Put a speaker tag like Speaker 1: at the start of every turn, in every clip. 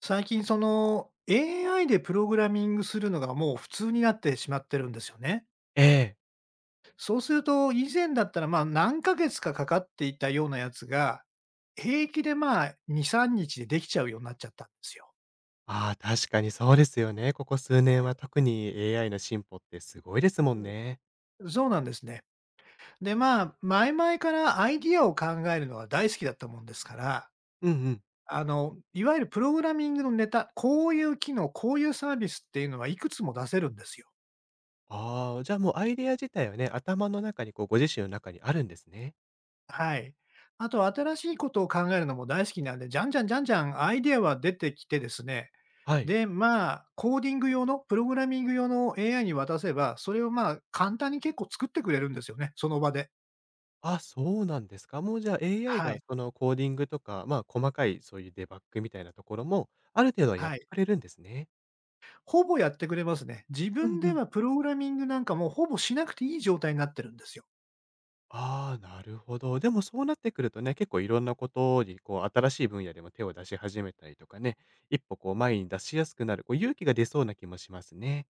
Speaker 1: 最近その AI でプログラミングするのがもう普通になってしまってるんですよね。
Speaker 2: ええ。
Speaker 1: そうすると以前だったらまあ何ヶ月かかかっていたようなやつが、平気でまあ2、3日でできちゃうようになっちゃったんですよ。
Speaker 2: ああ、確かにそうですよね。ここ数年は特に AI の進歩ってすごいですもんね。
Speaker 1: そうなんですね。でまあ、前々からアイディアを考えるのは大好きだったもんですから、
Speaker 2: うんうん。
Speaker 1: いわゆるプログラミングのネタ、こういう機能、こういうサービスっていうのはいくつも出せるんですよ。
Speaker 2: ああ、じゃあもうアイデア自体はね、頭の中にご自身の中にあるんですね。
Speaker 1: はい。あと新しいことを考えるのも大好きなんで、じゃんじゃんじゃんじゃんアイデアは出てきてですね、
Speaker 2: はい。
Speaker 1: で、まあ、コーディング用の、プログラミング用の AI に渡せば、それをまあ、簡単に結構作ってくれるんですよね、その場で。
Speaker 2: あ、そうなんですか。もうじゃあ AI
Speaker 1: は
Speaker 2: が
Speaker 1: い。
Speaker 2: そのコーディングとか、まあ細かいそういうデバッグみたいなところも、ある程度はやっ
Speaker 1: はい。
Speaker 2: てくれるんですね。
Speaker 1: ほぼやってくれますね。自
Speaker 2: う
Speaker 1: 分
Speaker 2: んう
Speaker 1: で
Speaker 2: ん。
Speaker 1: はプログラミングなんかもうほぼしなくていい状態になってるんですよ。
Speaker 2: ああ、なるほど。でもそうなってくるとね、結構いろんなことに、新しい分野でも手を出し始めたりとかね、一歩こう前に出しやすくなる、勇気が出そうな気もしますね。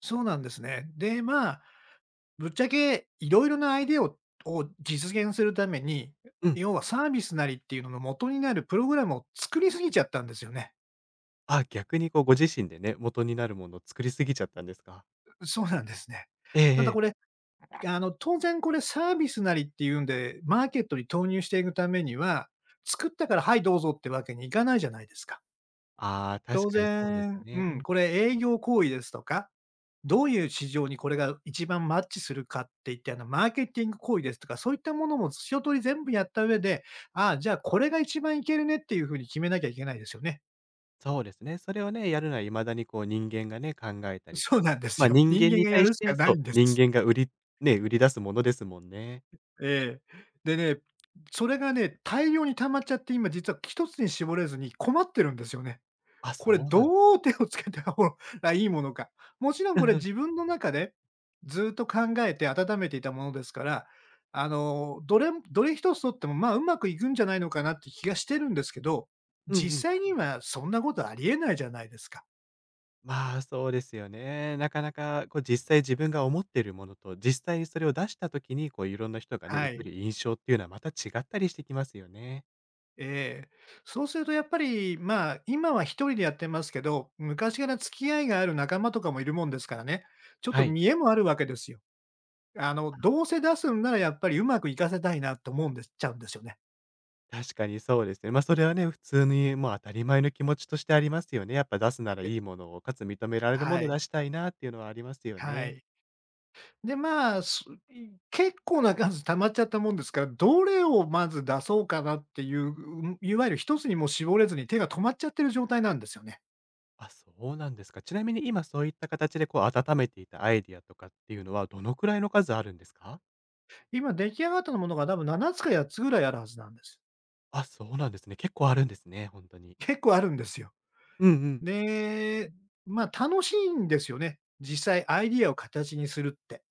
Speaker 1: そうなんですね。で、ぶっちゃけいろいろなアイデアをを実現するために、
Speaker 2: うん。
Speaker 1: 要はサービスなりっていうのの元になるプログラムを作りすぎちゃったんですよね。
Speaker 2: あ、逆にこう、ご自身でね、元になるものを作りすぎちゃったんですか。
Speaker 1: そうなんですね。
Speaker 2: ええ
Speaker 1: ただ
Speaker 2: ええ。
Speaker 1: これ、当然これサービスなりっていうんで、マーケットに投入していくためには、作ったからはいどうぞってわけにいかないじゃないですか。
Speaker 2: ああ、確
Speaker 1: 当
Speaker 2: かにそうです
Speaker 1: 然、う
Speaker 2: ね。う
Speaker 1: ん、
Speaker 2: ん。
Speaker 1: これ営業行為ですとかどういう市場にこれが一番マッチするかっていって、マーケティング行為ですとか、そういったものも一通り全部やった上で、ああ、じゃあこれが一番いけるねっていう風に決めなきゃいけないですよね。
Speaker 2: そうですね。それをね、やるのは未だにこう、人間がね、考えた りと
Speaker 1: そう
Speaker 2: か。
Speaker 1: なんです
Speaker 2: ま、あ
Speaker 1: よ。
Speaker 2: 人
Speaker 1: 人
Speaker 2: 間
Speaker 1: 間
Speaker 2: に
Speaker 1: がや
Speaker 2: 対し
Speaker 1: るしか
Speaker 2: て、
Speaker 1: な
Speaker 2: そ
Speaker 1: い
Speaker 2: う、
Speaker 1: んで
Speaker 2: 人
Speaker 1: す。
Speaker 2: 間が売りね、売り出すものですもんね。
Speaker 1: ええ。でね、それがね、大量に溜まっちゃって、今実は一つに絞れずに困ってるんですよね。
Speaker 2: あ、
Speaker 1: これ
Speaker 2: そうなんです、
Speaker 1: どう手をつけた方が いいものか。もちろん
Speaker 2: う
Speaker 1: こ
Speaker 2: ん
Speaker 1: れ
Speaker 2: うん。
Speaker 1: 自分の中で、ずっと考えて温めていたものですから、どれどれ一つとっても、まあ、うまくいくんじゃないのかなって気がしてるんですけど、
Speaker 2: うんうん。
Speaker 1: 実際にはそんなことありえないじゃないですか。
Speaker 2: まあ、そうですよね。なかなかこう実際自分が思ってるものと、実際にそれを出した時に、こういろんな人がね、
Speaker 1: は
Speaker 2: 受け
Speaker 1: い。
Speaker 2: る印象っていうのはまた違ったりしてきますよね。
Speaker 1: ええ。そうするとやっぱり、まあ、今は一人でやってますけど、昔から付き合いがある仲間とかもいるもんですからね、ちょっと
Speaker 2: はい。
Speaker 1: 見栄もあるわけですよ。どうせ出すんならやっぱりうまくいかせたいなと思うんですちゃうんですよね。
Speaker 2: 確かにそうですね。ま、それはね、普通にもう当たり前の気持ちとしてありますよね。やっぱ出すなら
Speaker 1: え、
Speaker 2: いいものを、かつ認められるも
Speaker 1: は
Speaker 2: のを
Speaker 1: い、
Speaker 2: 出したいなっていうのはありますよ
Speaker 1: は
Speaker 2: ね。
Speaker 1: い。で、まあ、結構な数溜まっちゃったもんですから、どれをまず出そうかなっていう、うん、いわゆる一つにもう絞れずに手が止まっちゃってる状態なんですよね。
Speaker 2: あ、そうなんですか。ちなみに今そういった形でこう温めていたアイディアとかっていうのは、どのくらいの数あるんですか？
Speaker 1: 今出来上がったものが多分7つか8つぐらいあるはずなんです。
Speaker 2: あ、そうなんですね。結構あるんですね、本当に。
Speaker 1: 結構あるんですよ。
Speaker 2: うんうん。
Speaker 1: で、まあ、楽しいんですよね。実際アイディアを形にするって。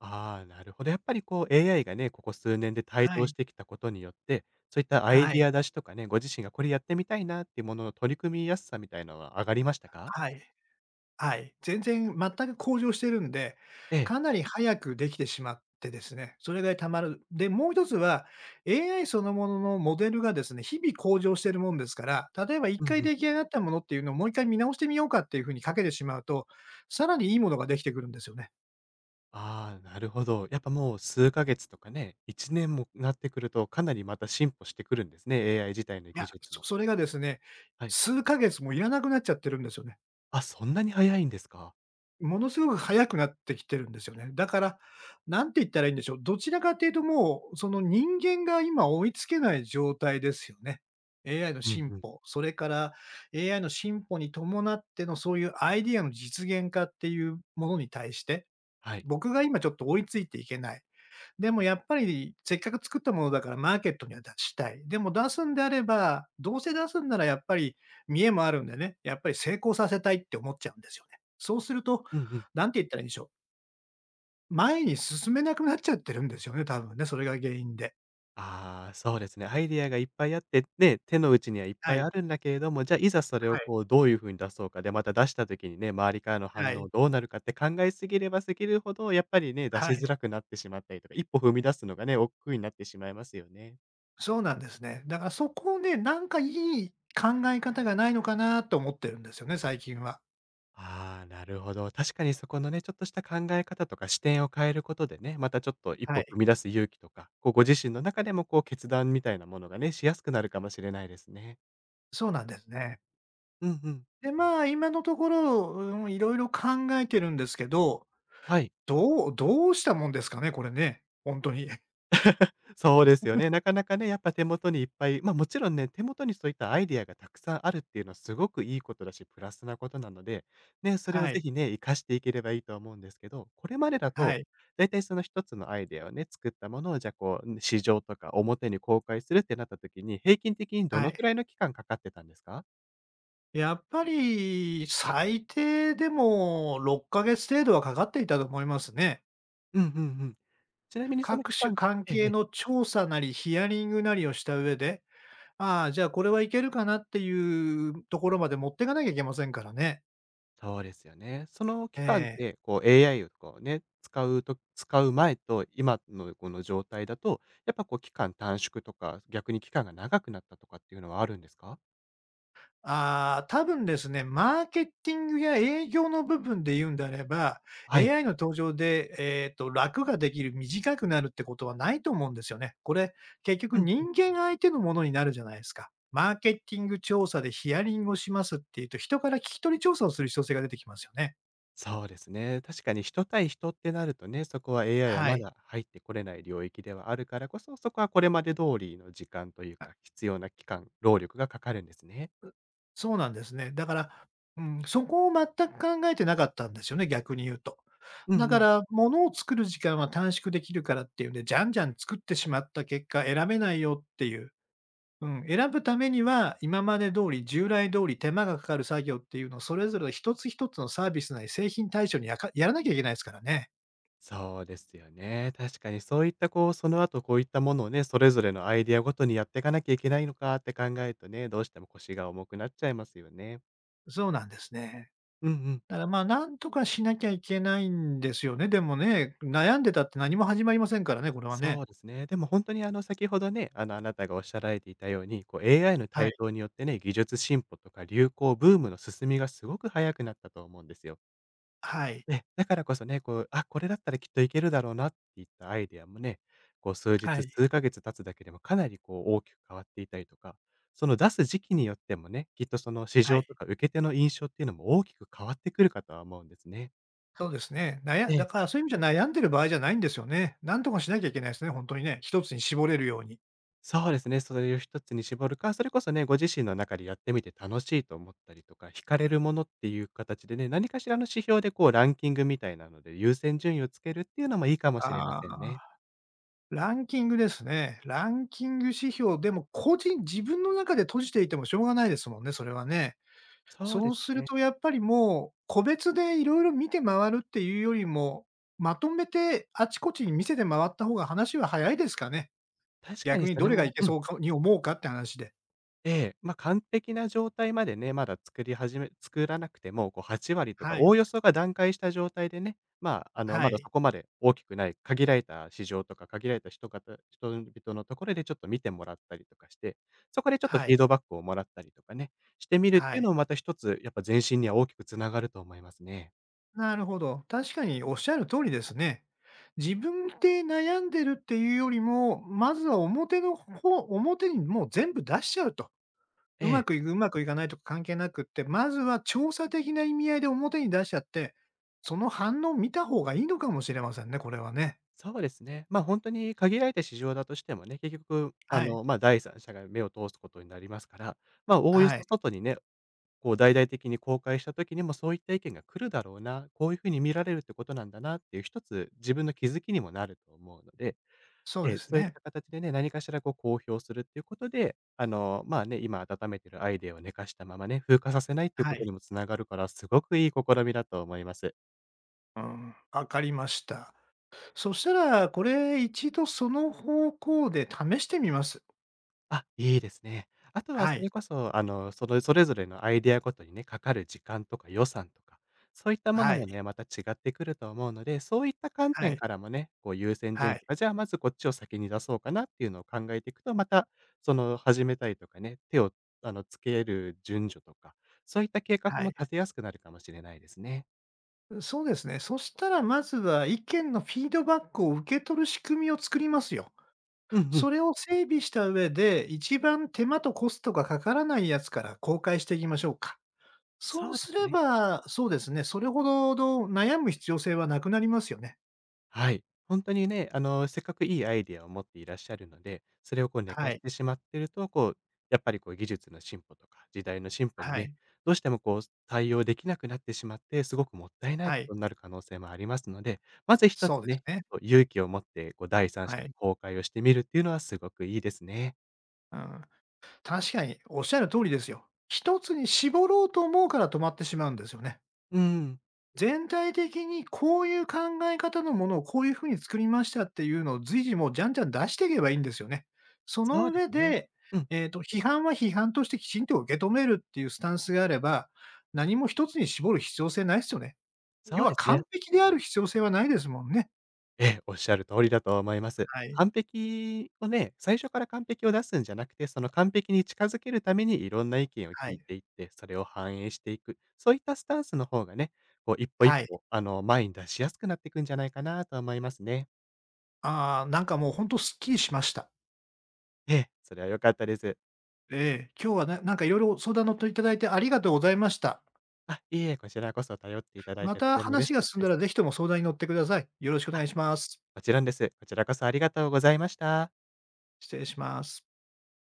Speaker 2: ああ、なるほど。やっぱりこう AI がね、ここ数年で台
Speaker 1: は
Speaker 2: 頭し
Speaker 1: い。
Speaker 2: てきたことによって、そういったアイ
Speaker 1: は
Speaker 2: ディ
Speaker 1: い。
Speaker 2: ア出しとかね、ご自身がこれやってみたいなっていうものの取り組みやすさみたいなのは上がりましたか？
Speaker 1: はい。はい。全然全く向上してるんで、
Speaker 2: ええ。
Speaker 1: かなり早くできてしまってですね、それがたまる。で、もう一つは、AI そのもののモデルがですね、日々向上してるもんですから、例えば1
Speaker 2: うん
Speaker 1: 回
Speaker 2: うん。
Speaker 1: 出来上がったものっていうのをもう1回見直してみようかっていうふうにかけてしまうと、さらにいいものができてくるんですよね。
Speaker 2: ああ、なるほど。やっぱもう数ヶ月とかね、1年もなってくると、かなりまた進歩してくるんですね、AI 自体の
Speaker 1: い
Speaker 2: 技
Speaker 1: や、
Speaker 2: 術
Speaker 1: そ
Speaker 2: も。
Speaker 1: それがですね、
Speaker 2: はい。
Speaker 1: 数ヶ月もいらなくなっちゃってるんですよね。
Speaker 2: あ、そんなに早いんですか。
Speaker 1: ものすごく早くなってきてるんですよね。だから、なんて言ったらいいんでしょう、どちらかというともう、その人間が今追いつけない状態ですよね。AI の
Speaker 2: うん
Speaker 1: 進
Speaker 2: うん。
Speaker 1: 歩、それから AI の進歩に伴ってのそういうアイディアの実現化っていうものに対して、
Speaker 2: はい。
Speaker 1: 僕が今ちょっと追いついていけない。でもやっぱりせっかく作ったものだからマーケットには出したい。でも出すんであれば、どうせ出すんならやっぱり見栄もあるんでね、やっぱり成功させたいって思っちゃうんですよね。そうすると、
Speaker 2: うんうん。
Speaker 1: なんて言ったらいいんでしょう。前に進めなくなっちゃってるんですよね、多分ね、それが原因で。
Speaker 2: ああ、そうですね。アイディアがいっぱいあって、ね、手の内にはいっ
Speaker 1: は
Speaker 2: ぱい
Speaker 1: い、
Speaker 2: あるんだけれども、じゃあ、いざそれ
Speaker 1: は
Speaker 2: を
Speaker 1: い、
Speaker 2: こう、どういう風に出そうかで、また出した時にね、周りからの
Speaker 1: は
Speaker 2: 反
Speaker 1: い、
Speaker 2: 応どうなるかって考えすぎればすぎるほど、やっぱりね、出
Speaker 1: は
Speaker 2: しづ
Speaker 1: い。
Speaker 2: らくなってしまったりとか、一歩踏み出すのがね、億劫になってしまいますよね。
Speaker 1: そうなんですね。だからそこをね、なんかいい考え方がないのかなと思ってるんですよね、最近は。
Speaker 2: ああ、なるほど。確かにそこのね、ちょっとした考え方とか視点を変えることでね、またちょっと一
Speaker 1: は
Speaker 2: 歩踏
Speaker 1: い。
Speaker 2: み出す勇気とか、こうご自身の中でもこう決断みたいなものがね、しやすくなるかもしれないですね。
Speaker 1: そうなんですね。
Speaker 2: うんうん。
Speaker 1: で、まあ、今のところ、うん、いろいろ考えてるんですけど
Speaker 2: はい。
Speaker 1: どうしたもんですかね、これね、本当に。
Speaker 2: そうですよね。なかなかね、やっぱ手元にいっぱい、まあもちろんね、手元にそういったアイディアがたくさんあるっていうのはすごくいいことだし、プラスなことなので、ね、それを
Speaker 1: は
Speaker 2: ぜ
Speaker 1: い、
Speaker 2: ひね、活かしていければいいと思うんですけど、これまでだ
Speaker 1: は
Speaker 2: と、
Speaker 1: い、
Speaker 2: だいたいその一つのアイディアをね、作ったものを、じゃあこう、市場とか表に公開するってなった時に、平均的にど
Speaker 1: は
Speaker 2: の
Speaker 1: い。
Speaker 2: くらいの期間かかってたんですか、
Speaker 1: やっぱり最低でも6ヶ月程度はかかっていたと思いますね。
Speaker 2: うんうんうん。ちなみにその
Speaker 1: 各
Speaker 2: 期
Speaker 1: 種
Speaker 2: 間、
Speaker 1: 関
Speaker 2: え
Speaker 1: 係
Speaker 2: え、
Speaker 1: の調査なり、ヒアリングなりをした上で、ああ、じゃあこれはいけるかなっていうところまで持っていかなきゃいけませんからね。
Speaker 2: そうですよね。その
Speaker 1: え
Speaker 2: 期間っ
Speaker 1: え。
Speaker 2: て、こう AI をこうね、使うと使う前と今のこの状態だと、やっぱこう期間短縮とか、逆に期間が長くなったとかっていうのはあるんですか？
Speaker 1: ああ、多分ですね、マーケティングや営業の部分で言うんであれば、
Speaker 2: はい。
Speaker 1: AI の登場で、楽ができる、短くなるってことはないと思うんですよね。これ、結局
Speaker 2: うんうん。
Speaker 1: 人間相手のものになるじゃないですか。マーケティング調査でヒアリングをしますっていうと、人から聞き取り調査をする必要性が出てきますよね。
Speaker 2: そうですね。確かに人対人ってなるとね、そこは AI は
Speaker 1: は
Speaker 2: ま
Speaker 1: い。
Speaker 2: だ入ってこれない領域ではあるからこそ、そこはこれまで通りの時間というか、必要な期間、労力がかかるんですね。
Speaker 1: そうなんですね。だから、うん、そこを全く考えてなかったんですよね、逆に言うと。
Speaker 2: うん
Speaker 1: だ
Speaker 2: う
Speaker 1: か
Speaker 2: ん。
Speaker 1: ら、物を作る時間は短縮できるからっていうんで、じゃんじゃん作ってしまった結果、選べないよっていう。うん、選ぶためには、今まで通り、従来通り手間がかかる作業っていうのを、それぞれ一つ一つのサービスなり製品対象にやらなきゃいけないですからね。
Speaker 2: そうですよね。確かにそういったこう、その後こういったものをね、それぞれのアイディアごとにやっていかなきゃいけないのかって考えるとね、どうしても腰が重くなっちゃいますよね。
Speaker 1: そうなんですね。
Speaker 2: うんうん。
Speaker 1: だから、まあ、なんとかしなきゃいけないんですよね。でもね、悩んでたって何も始まりませんからね、これはね。
Speaker 2: そうですね。でも本当に先ほどね、あなたがおっしゃられていたように、こう AI の
Speaker 1: は
Speaker 2: 台
Speaker 1: い。
Speaker 2: 頭によってね、技術進歩とか流行、ブームの進みがすごく早くなったと思うんですよ。
Speaker 1: はい。
Speaker 2: ね、だからこそね、あ、これだったらきっといけるだろうなっていったアイデアもね、こう数
Speaker 1: は
Speaker 2: 日、
Speaker 1: い。
Speaker 2: 数ヶ月経つだけでもかなりこう大きく変わっていたりとか、その出す時期によってもね、きっとその市
Speaker 1: は
Speaker 2: 場
Speaker 1: い。
Speaker 2: とか受け手の印象っていうのも大きく変わってくるかとは思うんですね。
Speaker 1: そうですね。
Speaker 2: え
Speaker 1: だ
Speaker 2: え。
Speaker 1: からそういう意味じゃ悩んでる場合じゃないんですよね。なんとかしなきゃいけないですね、本当にね。一つに絞れるように。
Speaker 2: そうですね、それを一つに絞るか、それこそね、ご自身の中でやってみて楽しいと思ったりとか、惹かれるものっていう形でね、何かしらの指標でこうランキングみたいなので優先順位をつけるっていうのもいいかもしれま
Speaker 1: あ
Speaker 2: せん
Speaker 1: あ、
Speaker 2: ね。
Speaker 1: ランキングですね。ランキング指標、でも個人自分の中で閉じていてもしょうがないですもんね、それはね。
Speaker 2: そう
Speaker 1: そ
Speaker 2: で
Speaker 1: う
Speaker 2: す
Speaker 1: する
Speaker 2: ね。
Speaker 1: とやっぱりもう、個別でいろいろ見て回るっていうよりも、まとめてあちこちに見せて回った方が話は早いですかね。
Speaker 2: 確か
Speaker 1: 逆
Speaker 2: に
Speaker 1: に
Speaker 2: そ
Speaker 1: ど
Speaker 2: れ
Speaker 1: れがい
Speaker 2: も
Speaker 1: け
Speaker 2: うん。
Speaker 1: そうかに思うかって話で。
Speaker 2: ええ、まあ、完璧な状態までね、まだ作り始め作らなくても、こう8割とか、
Speaker 1: は
Speaker 2: お
Speaker 1: い。
Speaker 2: およそが段階した状態でね、まあ、
Speaker 1: は
Speaker 2: まだそ
Speaker 1: い。
Speaker 2: こまで大きくない、限られた市場とか限られた人々のところでちょっと見てもらったりとかして、そこでちょっとフ
Speaker 1: は
Speaker 2: ィー
Speaker 1: い。
Speaker 2: ドバックをもらったりとかね、してみるっ
Speaker 1: は
Speaker 2: ていうの
Speaker 1: い。
Speaker 2: もまた一つ、やっぱ前進には大きくつながると思いますね。
Speaker 1: なるほど。確かにおっしゃる通りですね。自分で悩んでるっていうよりも、まずは表の方、表にもう全部出しちゃうと。
Speaker 2: え
Speaker 1: うま
Speaker 2: え、
Speaker 1: くいく、うまくいかないとか関係なくって、まずは調査的な意味合いで表に出しちゃって、その反応を見た方がいいのかもしれませんね、これはね。
Speaker 2: そうですね。ま、あ本当に限られた市場だとしてもね、結局、
Speaker 1: はい。
Speaker 2: ま、第三者が目を通すことになりますから、ま、おおよ
Speaker 1: は
Speaker 2: そ
Speaker 1: い。
Speaker 2: 外にね、こう大々的に公開した時にもそういった意見が来るだろうな、こういうふうに見られるってことなんだなっていう一つ自分の気づきにもなると思うので、
Speaker 1: そう
Speaker 2: え
Speaker 1: で
Speaker 2: え、
Speaker 1: す
Speaker 2: そういっ
Speaker 1: ね。
Speaker 2: た形でね、何かしらこう公表するっていうことで、まあね、今温めてるアイデアを寝かしたままね、風化させないっていう
Speaker 1: は
Speaker 2: こと
Speaker 1: い。
Speaker 2: にもつながるから、すごくいい試みだと思います。
Speaker 1: うん。わかりました。そしたら、これ一度その方向で試してみます。
Speaker 2: あ、いいですね。あとは
Speaker 1: は
Speaker 2: それ
Speaker 1: い。
Speaker 2: こそ、それぞれのアイデアごとにね、かかる時間とか予算とか、そういったも
Speaker 1: は
Speaker 2: の
Speaker 1: い。
Speaker 2: もね、また違ってくると思うので、そういった観
Speaker 1: は
Speaker 2: 点
Speaker 1: い。
Speaker 2: からもね、こう優先順
Speaker 1: は
Speaker 2: 位
Speaker 1: い。
Speaker 2: とか、じゃあまずこっちを先に出そうかなっていうのを考えていくと、またその始めたいとかね、手をつける順序とか、そういった計画
Speaker 1: は
Speaker 2: も
Speaker 1: い。
Speaker 2: 立てやすくなるかもしれないですね。
Speaker 1: そうですね。そしたら、まずは意見のフィードバックを受け取る仕組みを作りますよ。
Speaker 2: うんうん。
Speaker 1: それを整備した上で、一番手間とコストがかからないやつから公開していきましょうか。そ
Speaker 2: そ
Speaker 1: う
Speaker 2: うで
Speaker 1: す
Speaker 2: す
Speaker 1: れ
Speaker 2: ね。
Speaker 1: ば、そうですね、それほどの悩む必要性はなくなりますよね。
Speaker 2: はい。本当にね、せっかくいいアイデアを持っていらっしゃるので、それをこう寝か
Speaker 1: は
Speaker 2: し
Speaker 1: い。
Speaker 2: てしまってると、こう、やっぱりこう技術の進歩とか時代の進歩に
Speaker 1: は
Speaker 2: ね、
Speaker 1: い。
Speaker 2: どうしてもこう対応できなくなってしまって、すごくもったいない
Speaker 1: は
Speaker 2: こ
Speaker 1: い。
Speaker 2: とになる可能性もありますので、まず一
Speaker 1: そ
Speaker 2: つ
Speaker 1: うです
Speaker 2: ね、
Speaker 1: ね。
Speaker 2: こう勇気を持ってこう第三
Speaker 1: は
Speaker 2: 者に
Speaker 1: い。
Speaker 2: 公開をしてみるっていうのはすごくいいですね。
Speaker 1: うん。確かにおっしゃる通りですよ。一つに絞ろうと思うから止まってしまうんですよね。
Speaker 2: うん、
Speaker 1: 全体的にこういう考え方のものをこういうふうに作りましたっていうのを随時もうじゃんじゃん出していけばいいんですよね。そ
Speaker 2: そ
Speaker 1: の
Speaker 2: うで
Speaker 1: 上
Speaker 2: すね。
Speaker 1: で、
Speaker 2: うん、
Speaker 1: 批判は批判としてきちんと受け止めるっていうスタンスがあれば、何も一つに絞る必要性ないですよね。要
Speaker 2: そう
Speaker 1: は
Speaker 2: ですね。
Speaker 1: 完璧である必要性はないですもんね。
Speaker 2: ええ、おっしゃる通りだと思います。
Speaker 1: はい、
Speaker 2: 完璧をね、最初から完璧を出すんじゃなくて、その完璧に近づけるためにいろんな意見を
Speaker 1: は
Speaker 2: 聞
Speaker 1: い、
Speaker 2: いていって、それを反映していく。そういったスタンスの方がね、こう一歩一
Speaker 1: はい。
Speaker 2: 歩、前に出しやすくなっていくんじゃないかなと思いますね。
Speaker 1: ああ、なんかもうほんとすっきりしました。
Speaker 2: ええ、それは良かったです。
Speaker 1: ええ、今日はなんかいろいろ相談乗っていただいてありがとうございました。
Speaker 2: あ、いえいえ、こちらこそ頼っていただい
Speaker 1: ま
Speaker 2: てと
Speaker 1: た
Speaker 2: ても嬉
Speaker 1: 話
Speaker 2: し
Speaker 1: が
Speaker 2: かっ
Speaker 1: 進ん
Speaker 2: たで
Speaker 1: だ
Speaker 2: す。
Speaker 1: らぜひとも相談に乗ってください。よろしくお願
Speaker 2: あ、
Speaker 1: いします。
Speaker 2: もちろんです。こちらこそありがとうございました。
Speaker 1: 失礼します。